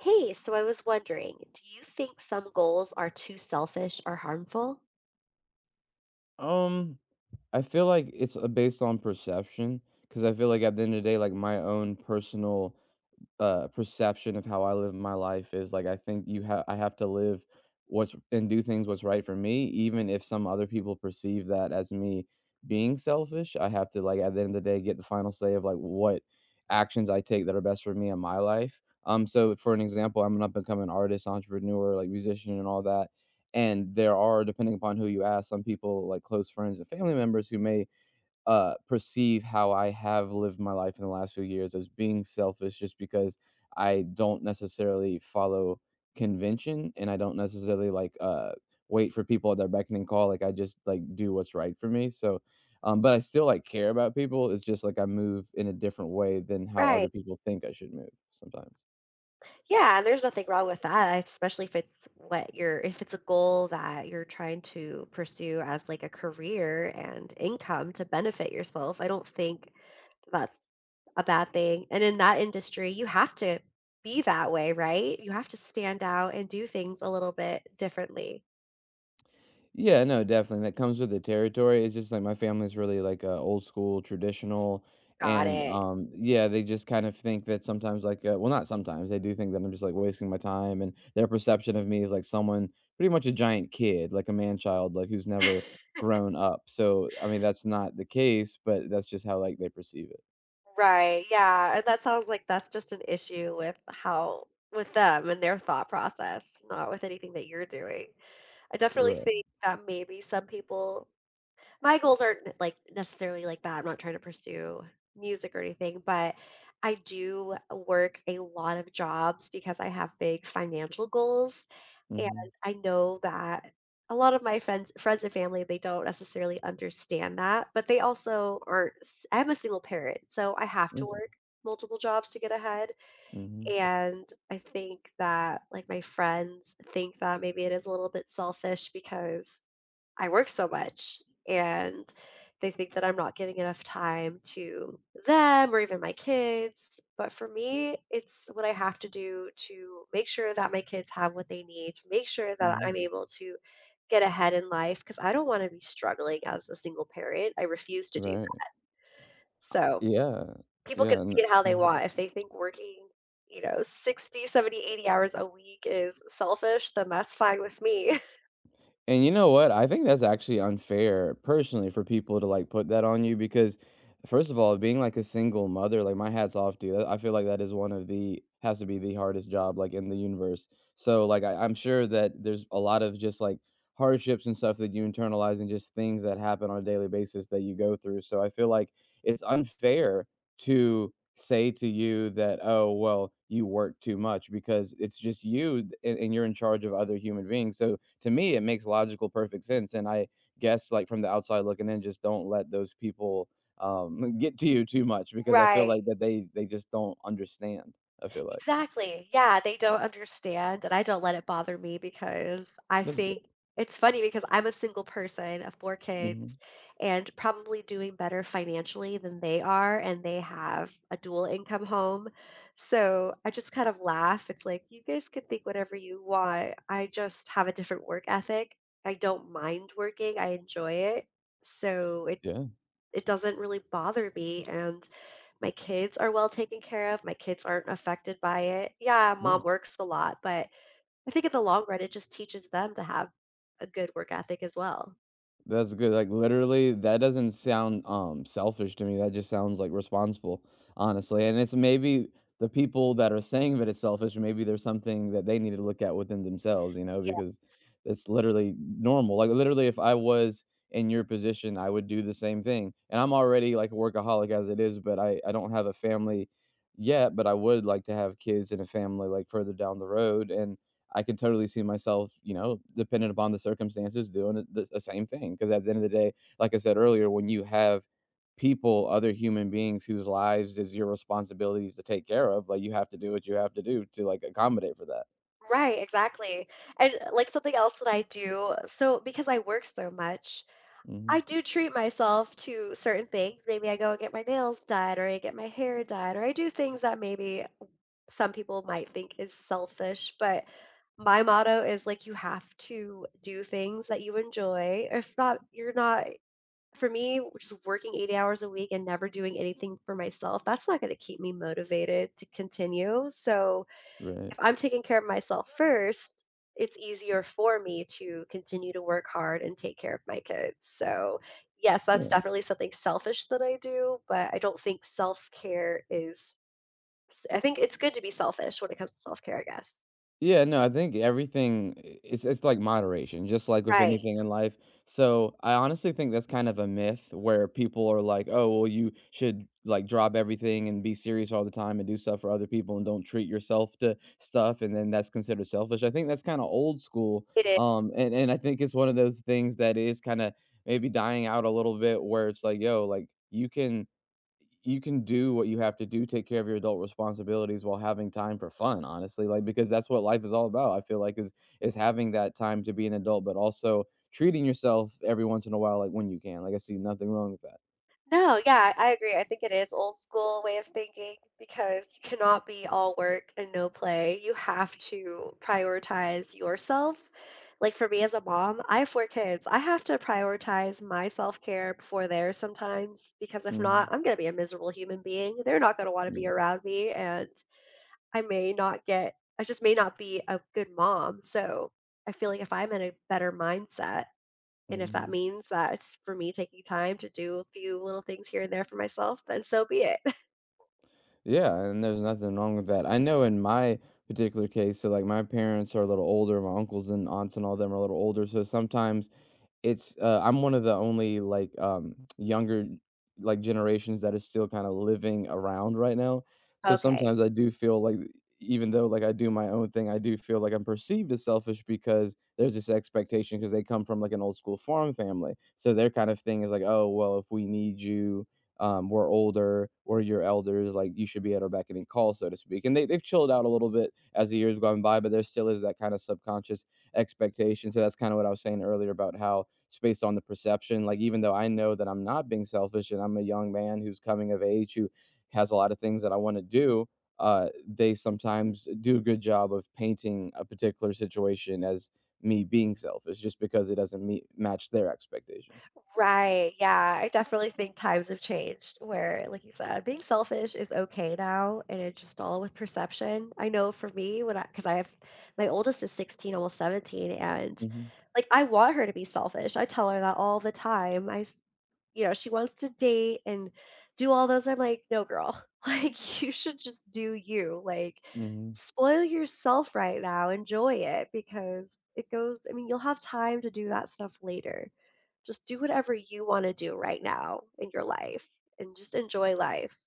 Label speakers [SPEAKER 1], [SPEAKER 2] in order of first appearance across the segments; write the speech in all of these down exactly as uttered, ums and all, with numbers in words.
[SPEAKER 1] Hey, so I was wondering, do you think some goals are too selfish or harmful?
[SPEAKER 2] Um, I feel like it's, uh, based on perception, because I feel like at the end of the day, like, my own personal uh, perception of how I live my life is like I think you have I have to live what's and do things what's right for me, even if some other people perceive that as me being selfish. I have to like at the end of the day get the final say of like what actions I take that are best for me in my life. Um, so for an example, I'm an up and coming artist, entrepreneur, like musician, and all that. And there are, depending upon who you ask, some people like close friends and family members who may uh, perceive how I have lived my life in the last few years as being selfish just because I don't necessarily follow convention and I don't necessarily like uh, wait for people at their beckoning call. Like I just like do what's right for me. So, um, but I still like care about people. It's just like I move in a different way than how other
[SPEAKER 1] Right.
[SPEAKER 2] people think I should move sometimes.
[SPEAKER 1] Yeah, and there's nothing wrong with that, especially if it's what you're if it's a goal that you're trying to pursue as like a career and income to benefit yourself. I don't think that's a bad thing. And in that industry, you have to be that way, right? You have to stand out and do things a little bit differently.
[SPEAKER 2] Yeah, no, definitely. That comes with the territory. It's just like my family's really like uh, old school, traditional,
[SPEAKER 1] Got
[SPEAKER 2] and
[SPEAKER 1] it.
[SPEAKER 2] um, yeah, they just kind of think that sometimes, like, uh, well, not sometimes, they do think that I'm just like wasting my time, and their perception of me is like someone pretty much a giant kid, like a man child, like who's never grown up. So, I mean, that's not the case, but that's just how like they perceive it.
[SPEAKER 1] Right, yeah, and that sounds like that's just an issue with how with them and their thought process, not with anything that you're doing. I definitely
[SPEAKER 2] Right.
[SPEAKER 1] think that maybe some people my goals aren't like necessarily like that. I'm not trying to pursue music or anything, but I do work a lot of jobs because I have big financial goals. And
[SPEAKER 2] Mm-hmm.
[SPEAKER 1] I know that a lot of my friends friends and family, they don't necessarily understand that, but they also aren't s- I'm a single parent, so I have to
[SPEAKER 2] Okay.
[SPEAKER 1] work multiple jobs to get ahead.
[SPEAKER 2] Mm-hmm.
[SPEAKER 1] And I think that like my friends think that maybe it is a little bit selfish because I work so much and they think that I'm not giving enough time to them or even my kids. But for me, it's what I have to do to make sure that my kids have what they need, to make sure that
[SPEAKER 2] Mm-hmm.
[SPEAKER 1] I'm able to get ahead in life because I don't want to be struggling as a single parent. I refuse to do
[SPEAKER 2] Right.
[SPEAKER 1] that. So
[SPEAKER 2] Yeah.
[SPEAKER 1] people can
[SPEAKER 2] Yeah. No.
[SPEAKER 1] see it how they want. If they think working, you know, sixty, seventy, eighty hours a week is selfish, then that's fine with me.
[SPEAKER 2] And you know what? I think that's actually unfair personally for people to like put that on you because first of all, being like a single mother, like my hat's off to you. That- I feel like that is one of the has to be the hardest job like in the universe. So like I, I'm sure that there's a lot of just like hardships and stuff that you internalize and just things that happen on a daily basis that you go through. So I feel like it's unfair to say to you that, "Oh, well, you work too much," because it's just you th- and, and you're in charge of other human beings. So to me, it makes logical, perfect sense. And I guess, like from the outside looking in, just don't let those people um, get to you too much because I feel
[SPEAKER 1] Right.
[SPEAKER 2] like that they they just don't understand. I feel like
[SPEAKER 1] Exactly. Yeah, they don't understand, and I don't let it bother me because I
[SPEAKER 2] that's good.
[SPEAKER 1] think it's funny because I'm a single person of four kids
[SPEAKER 2] Hmm.
[SPEAKER 1] and probably doing better financially than they are, and they have a dual income home. So I just kind of laugh. It's like, you guys can think whatever you want. I just have a different work ethic. I don't mind working. I enjoy it. So it
[SPEAKER 2] Yeah,
[SPEAKER 1] it doesn't really bother me and my kids are well taken care of, my kids aren't affected by it. Yeah,
[SPEAKER 2] yeah.
[SPEAKER 1] mom works a lot, but I think in the long run, it just teaches them to have a good work ethic as well.
[SPEAKER 2] That's good, like, literally, that doesn't sound, um, selfish to me, that just sounds, like, responsible, honestly, and it's maybe the people that are saying that it's selfish, maybe there's something that they need to look at within themselves, you know, because it's literally normal, like, literally, if I was in your position, I would do the same thing, and I'm already, like, a workaholic as it is, but I I don't have a family yet, but I would like to have kids and a family, like, further down the road, and I could totally see myself, you know, dependent upon the circumstances, doing it the the same thing. Because at the end of the day, like I said earlier, when you have people, other human beings whose lives is your responsibilities to take care of, like you have to do what you have to do to like accommodate for that.
[SPEAKER 1] Right, exactly. And uh, like something else that I do, so because I work so much, I
[SPEAKER 2] Hmm.
[SPEAKER 1] do treat myself to certain things. Maybe I go and get my nails dyed, or I get my hair dyed, or I do things that maybe some people might think is selfish, but my motto is like you have to do things that you enjoy. If not, you're not for me, just working eighty hours a week and never doing anything for myself, that's not going to keep me motivated to continue. So,
[SPEAKER 2] Right.
[SPEAKER 1] if I'm taking care of myself first, it's easier for me to continue to work hard and take care of my kids. So, yes, that's definitely something selfish that I do, but I don't think self care is, I think it's good to be selfish when it comes to self care, I guess.
[SPEAKER 2] Yeah, no, I think everything I it's it's like moderation, just like with
[SPEAKER 1] Right.
[SPEAKER 2] anything in life. So, I honestly think that's kind of a myth where people are like, "Oh, well, you should, like, drop everything and be serious all the time and do stuff for other people and don't treat yourself to stuff," and then that's considered selfish. I think that's kinda old school,
[SPEAKER 1] It is.
[SPEAKER 2] um, and and I think it's one of those things that is kinda maybe dying out a little bit where it's like, "Yo, like, you can" you can do what you have to do, take care of your adult responsibilities while having time for fun, honestly, like, because that's what life is all about, I feel like, is is having that time to be an adult, but also treating yourself every once in a while, like, when you can, like, I see nothing wrong with that.
[SPEAKER 1] No, yeah, I agree. I think it is old school way of thinking because you cannot be all work and no play. You have to prioritize yourself. Like for me as a mom, I have four kids. I have to prioritize my self-care before theirs sometimes because if not,
[SPEAKER 2] Mhm.
[SPEAKER 1] I'm going to be a miserable human being. They're not going to want to be
[SPEAKER 2] Yeah.
[SPEAKER 1] around me and I may not get I just may not be a good mom. So, I feel like if I'm in a better mindset, and if that
[SPEAKER 2] Mhm.
[SPEAKER 1] means that it's for me taking time to do a few little things here and there for myself, then so be it.
[SPEAKER 2] Yeah, and there's nothing wrong with that. I know in my particular case, so, like, my parents are a little older, my uncles and aunts and all them are a little older, so sometimes It's, uh I'm one of the only, like, um, younger, like, generations that is still kinda living around right now, so
[SPEAKER 1] Okay.
[SPEAKER 2] sometimes I do feel like even though, like, I do my own thing, I do feel like I'm perceived as selfish because there's this expectation because they come from, like, an old school farm family, so their kind of thing is like, "Oh, well, if we need you, um, we're older, or your elders, like, you should be at our beck and call," so to speak, and they they've chilled out a little bit as the years gone by, but there still is that kinda subconscious expectations. So that's kind of what I was saying earlier about how it's based on the perception. Like, even though I know that I'm not being selfish and I'm a young man who's coming of age who has a lot of things that I want to do, uh, they sometimes do a good job of painting a particular situation as me being selfish just because it doesn't meet, match their expectations.
[SPEAKER 1] Right. Yeah. I definitely think times have changed where, like you said, being selfish is okay now. And it's just all with perception. I know for me, when I, because I have my oldest is sixteen, almost seventeen. And
[SPEAKER 2] Hmm.
[SPEAKER 1] like I want her to be selfish. I tell her that all the time. I, s- you know, she wants to date and do all those. I'm like, no, girl, like, you should just do you. Like,
[SPEAKER 2] Hmm.
[SPEAKER 1] spoil yourself right now. Enjoy it because it goes, I mean, you'll have time to do that stuff later. Just do whatever you want to do right now in your life and just enjoy life.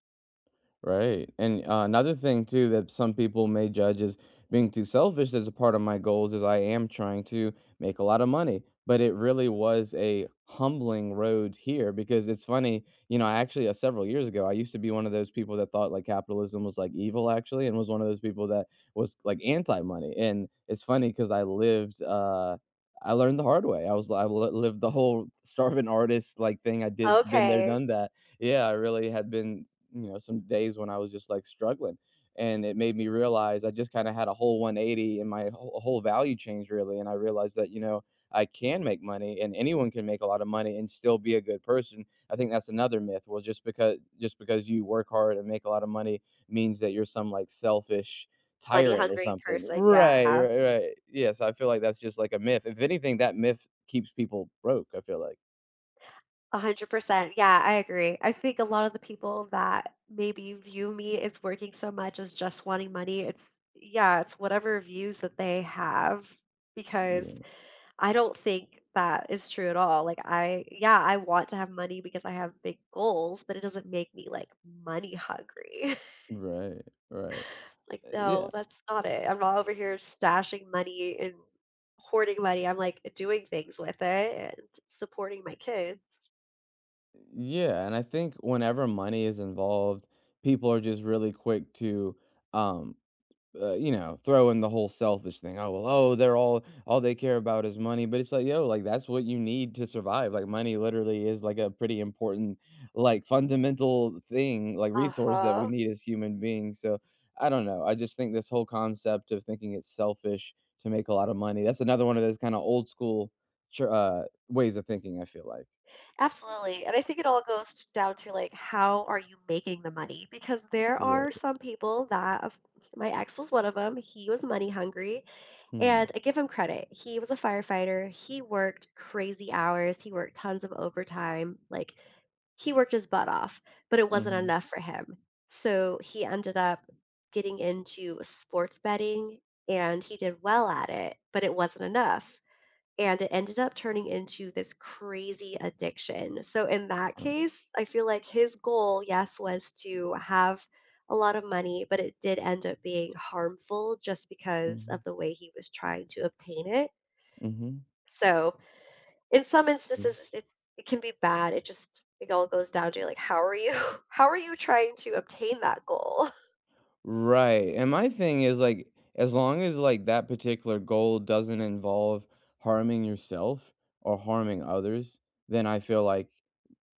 [SPEAKER 2] Right. And uh, another thing too that some people may judge as being too selfish as a part of my goals is I am trying to make a lot of money. But it really was a humbling road here because it's funny, you know, I actually uh, several years ago, I used to be one of those people that thought like capitalism was like evil actually and was one of those people that was like anti-money. And it's funny because I lived uh I learned the hard way. I was I li- lived the whole starving artist like thing. I did been there,
[SPEAKER 1] Okay.
[SPEAKER 2] done that, yeah, I really had been, you know, some days when I was just like struggling. And it made me realize I just kind of had a whole one eighty and my whole, whole value change really. And I realized that, you know, I can make money and anyone can make a lot of money and still be a good person. I think that's another myth. Well, just because just because you work hard and make a lot of money means that you're some like selfish
[SPEAKER 1] Money
[SPEAKER 2] tyrant or
[SPEAKER 1] hungry
[SPEAKER 2] something.
[SPEAKER 1] person.
[SPEAKER 2] Right,
[SPEAKER 1] Yeah.
[SPEAKER 2] right, right. Yes, I feel like that's just like a myth. If anything, that myth keeps people broke, I feel like.
[SPEAKER 1] one hundred percent. Yeah, I agree. I think a lot of the people that maybe view me as working so much as just wanting money, it's yeah, it's whatever views that they have because
[SPEAKER 2] Yeah.
[SPEAKER 1] I don't think that is true at all. Like I yeah, I want to have money because I have big goals, but it doesn't make me like money hungry.
[SPEAKER 2] Right, right.
[SPEAKER 1] Like
[SPEAKER 2] Uh, Yeah.
[SPEAKER 1] no, that's not it. I'm not over here stashing money and hoarding money. I'm like doing things with it and supporting my kids.
[SPEAKER 2] Yeah, and I think whenever money is involved, people are just really quick to, um, uh, you know, throw in the whole selfish thing. Oh well, oh they're all all they care about is money, but it's like yo, like that's what you need to survive. Like money literally is like a pretty important, like fundamental thing, like resource that we
[SPEAKER 1] Uh-huh.
[SPEAKER 2] need as human beings. So I don't know. I just think this whole concept of thinking it's selfish to make a lot of money. That's another one of those kind of old school, tr- uh, ways of thinking. I feel like
[SPEAKER 1] Absolutely. And I think it all goes down to like how are you making the money? Because there are
[SPEAKER 2] right.
[SPEAKER 1] some people that of- my ex was one of them. He was money hungry,
[SPEAKER 2] Hmm.
[SPEAKER 1] and I give him credit. He was a firefighter. He worked crazy hours. He worked tons of overtime. Like he worked his butt off, but it wasn't
[SPEAKER 2] Mhm,
[SPEAKER 1] enough for him. So he ended up getting into sports betting and he did well at it, but it wasn't enough and it ended up turning into this crazy addiction. So in that
[SPEAKER 2] uh,
[SPEAKER 1] case, I feel like his goal, yes, was to have a lot of money, but it did end up being harmful just because of
[SPEAKER 2] mhm,
[SPEAKER 1] the way he was trying to obtain it.
[SPEAKER 2] mhm,
[SPEAKER 1] So in some
[SPEAKER 2] yeah.
[SPEAKER 1] instances, it's it's- it can be bad. It just it all goes down to like how are you how are you trying to obtain that goal?
[SPEAKER 2] Right, and my thing is, like, as long as, like, that particular goal doesn't involve harming yourself or harming others, then I feel like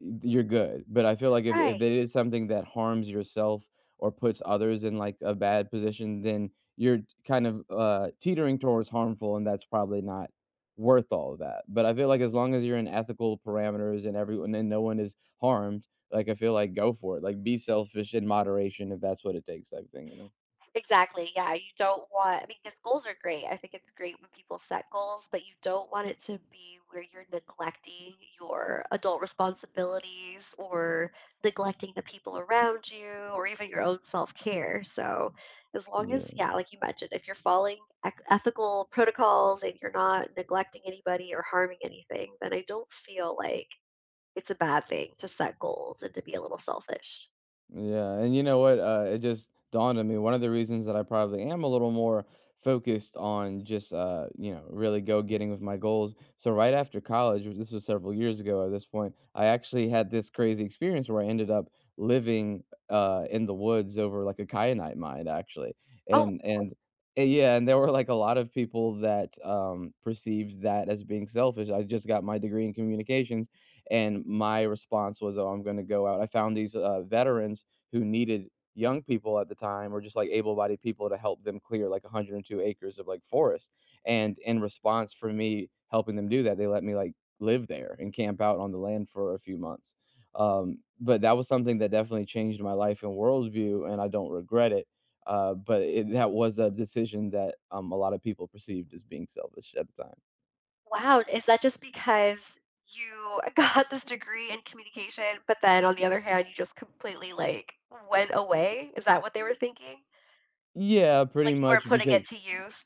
[SPEAKER 2] you're good, but I feel like if if
[SPEAKER 1] Right.
[SPEAKER 2] that is something that harms yourself or puts others in, like, a bad position, then you're kind of, uh, teetering towards harmful, and that's probably not worth all of that, but I feel like as long as you're in ethical parameters and everyone and no one is harmed, like, I feel like go for it, like, be selfish in moderation if that's what it takes type thing, you know?
[SPEAKER 1] Exactly, yeah, you don't want I mean, because goals are great. I think it's great when people set goals, but you don't want it to be where you're neglecting your adult responsibilities or neglecting the people around you or even your own self-care. So, as long as
[SPEAKER 2] Yeah.
[SPEAKER 1] yeah, like you mentioned, if you're following ec ethical protocols and you're not neglecting anybody or harming anything, then I don't feel like it's a bad thing to set goals and to be a little selfish.
[SPEAKER 2] Yeah, and you know what? Uh, it just dawned on me. One of the reasons that I probably am a little more focused on just uh, you know, really go getting with my goals. So right after college, which this was several years ago at this point, I actually had this crazy experience where I ended up living uh in the woods over like a kyanite mine actually.
[SPEAKER 1] Oh,
[SPEAKER 2] And and eh, yeah, and there were like a lot of people that um perceived that as being selfish. I just got my degree in communications and my response was, "Oh, I'm going to go out." I found these uh, veterans who needed young people at the time, or just like able-bodied people to help them clear like a hundred and two acres of like forest. And in response for me helping them do that, they let me like live there and camp out on the land for a few months. Um, but that was something that definitely changed my life and worldview, and I don't regret it. Uh, but it, that was a decision that um, a lot of people perceived as being selfish at the time.
[SPEAKER 1] wow, is that just because you got this degree in communication, but then on the other hand, you just completely, like, went away? Is that what they were thinking?
[SPEAKER 2] Yeah,
[SPEAKER 1] Like,
[SPEAKER 2] pretty
[SPEAKER 1] you weren't
[SPEAKER 2] much
[SPEAKER 1] putting it
[SPEAKER 2] because
[SPEAKER 1] to use?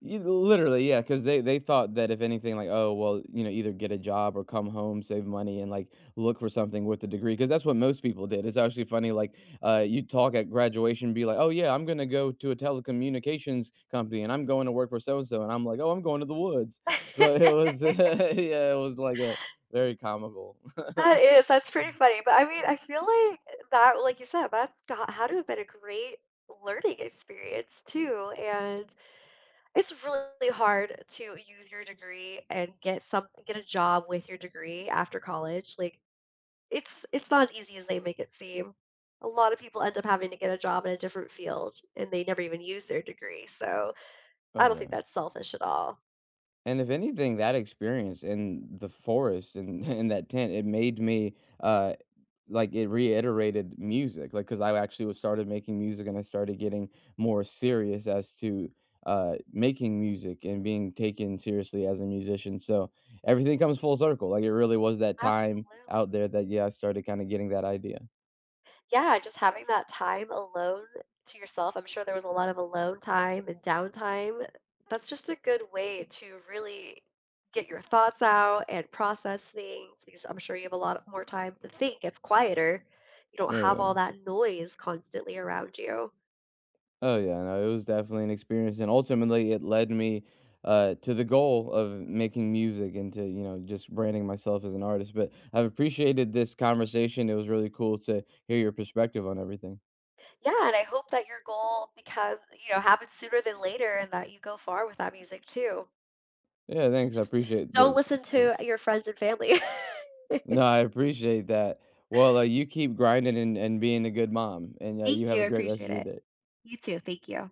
[SPEAKER 2] Y literally, yeah, because they they thought that if anything, like, "Oh, well, you know, either get a job or come home, save money, and, like, look for something with a degree, because that's what most people did. It's actually funny, like, uh, you talk at graduation, be like, "Oh, yeah, I'm gonna go to a telecommunications company, and I'm going to work for so and so," and I'm like, "Oh, I'm going to the woods." So it was yeah, it was like a very comical.
[SPEAKER 1] That is, that's pretty funny, but I mean, I feel like that like you said, that's got had to have been a great learning experience too, and it's really hard to use your degree and get some get a job with your degree after college, like It's it's not as easy as they make it seem. A lot of people end up having to get a job in a different field, and they never even use their degree, so
[SPEAKER 2] Oh,
[SPEAKER 1] I don't
[SPEAKER 2] yeah.
[SPEAKER 1] think that's selfish at all.
[SPEAKER 2] And if anything, that experience in the forest and in that tent, it made me, uh Like, it reiterated music, like because I actually was started making music, and I started getting more serious as to, uh, making music and being taken seriously as a musician, so everything comes full circle, like, it really was that time
[SPEAKER 1] Absolutely.
[SPEAKER 2] out there that, yeah, I started kinda getting that idea.
[SPEAKER 1] Yeah, just having that time alone to yourself, I'm sure there was a lot of alone time and downtime. That's just a good way to really get your thoughts out and process things because I'm sure you have a lot more time to think. It's quieter. You don't
[SPEAKER 2] Oh,
[SPEAKER 1] have all
[SPEAKER 2] yeah.
[SPEAKER 1] that noise constantly around you.
[SPEAKER 2] Oh, yeah, no, it was definitely an experience, and ultimately, it led me, uh, to the goal of making music and to, you know, just branding myself as an artist, but I've appreciated this conversation, it was really cool to hear your perspective on everything.
[SPEAKER 1] Yeah, and I hope that your goal becomes, you know, happens sooner than later and that you go far with that music too.
[SPEAKER 2] Yeah,
[SPEAKER 1] And
[SPEAKER 2] thanks. I
[SPEAKER 1] just
[SPEAKER 2] appreciate
[SPEAKER 1] don't
[SPEAKER 2] those
[SPEAKER 1] listen to
[SPEAKER 2] words.
[SPEAKER 1] your friends and family.
[SPEAKER 2] No, I appreciate that. Well, uh, you keep grinding and and being a good mom, and, uh, you
[SPEAKER 1] Thank
[SPEAKER 2] have
[SPEAKER 1] you,
[SPEAKER 2] a
[SPEAKER 1] I
[SPEAKER 2] great rest of
[SPEAKER 1] appreciate
[SPEAKER 2] your
[SPEAKER 1] it.
[SPEAKER 2] day.
[SPEAKER 1] You too, thank you.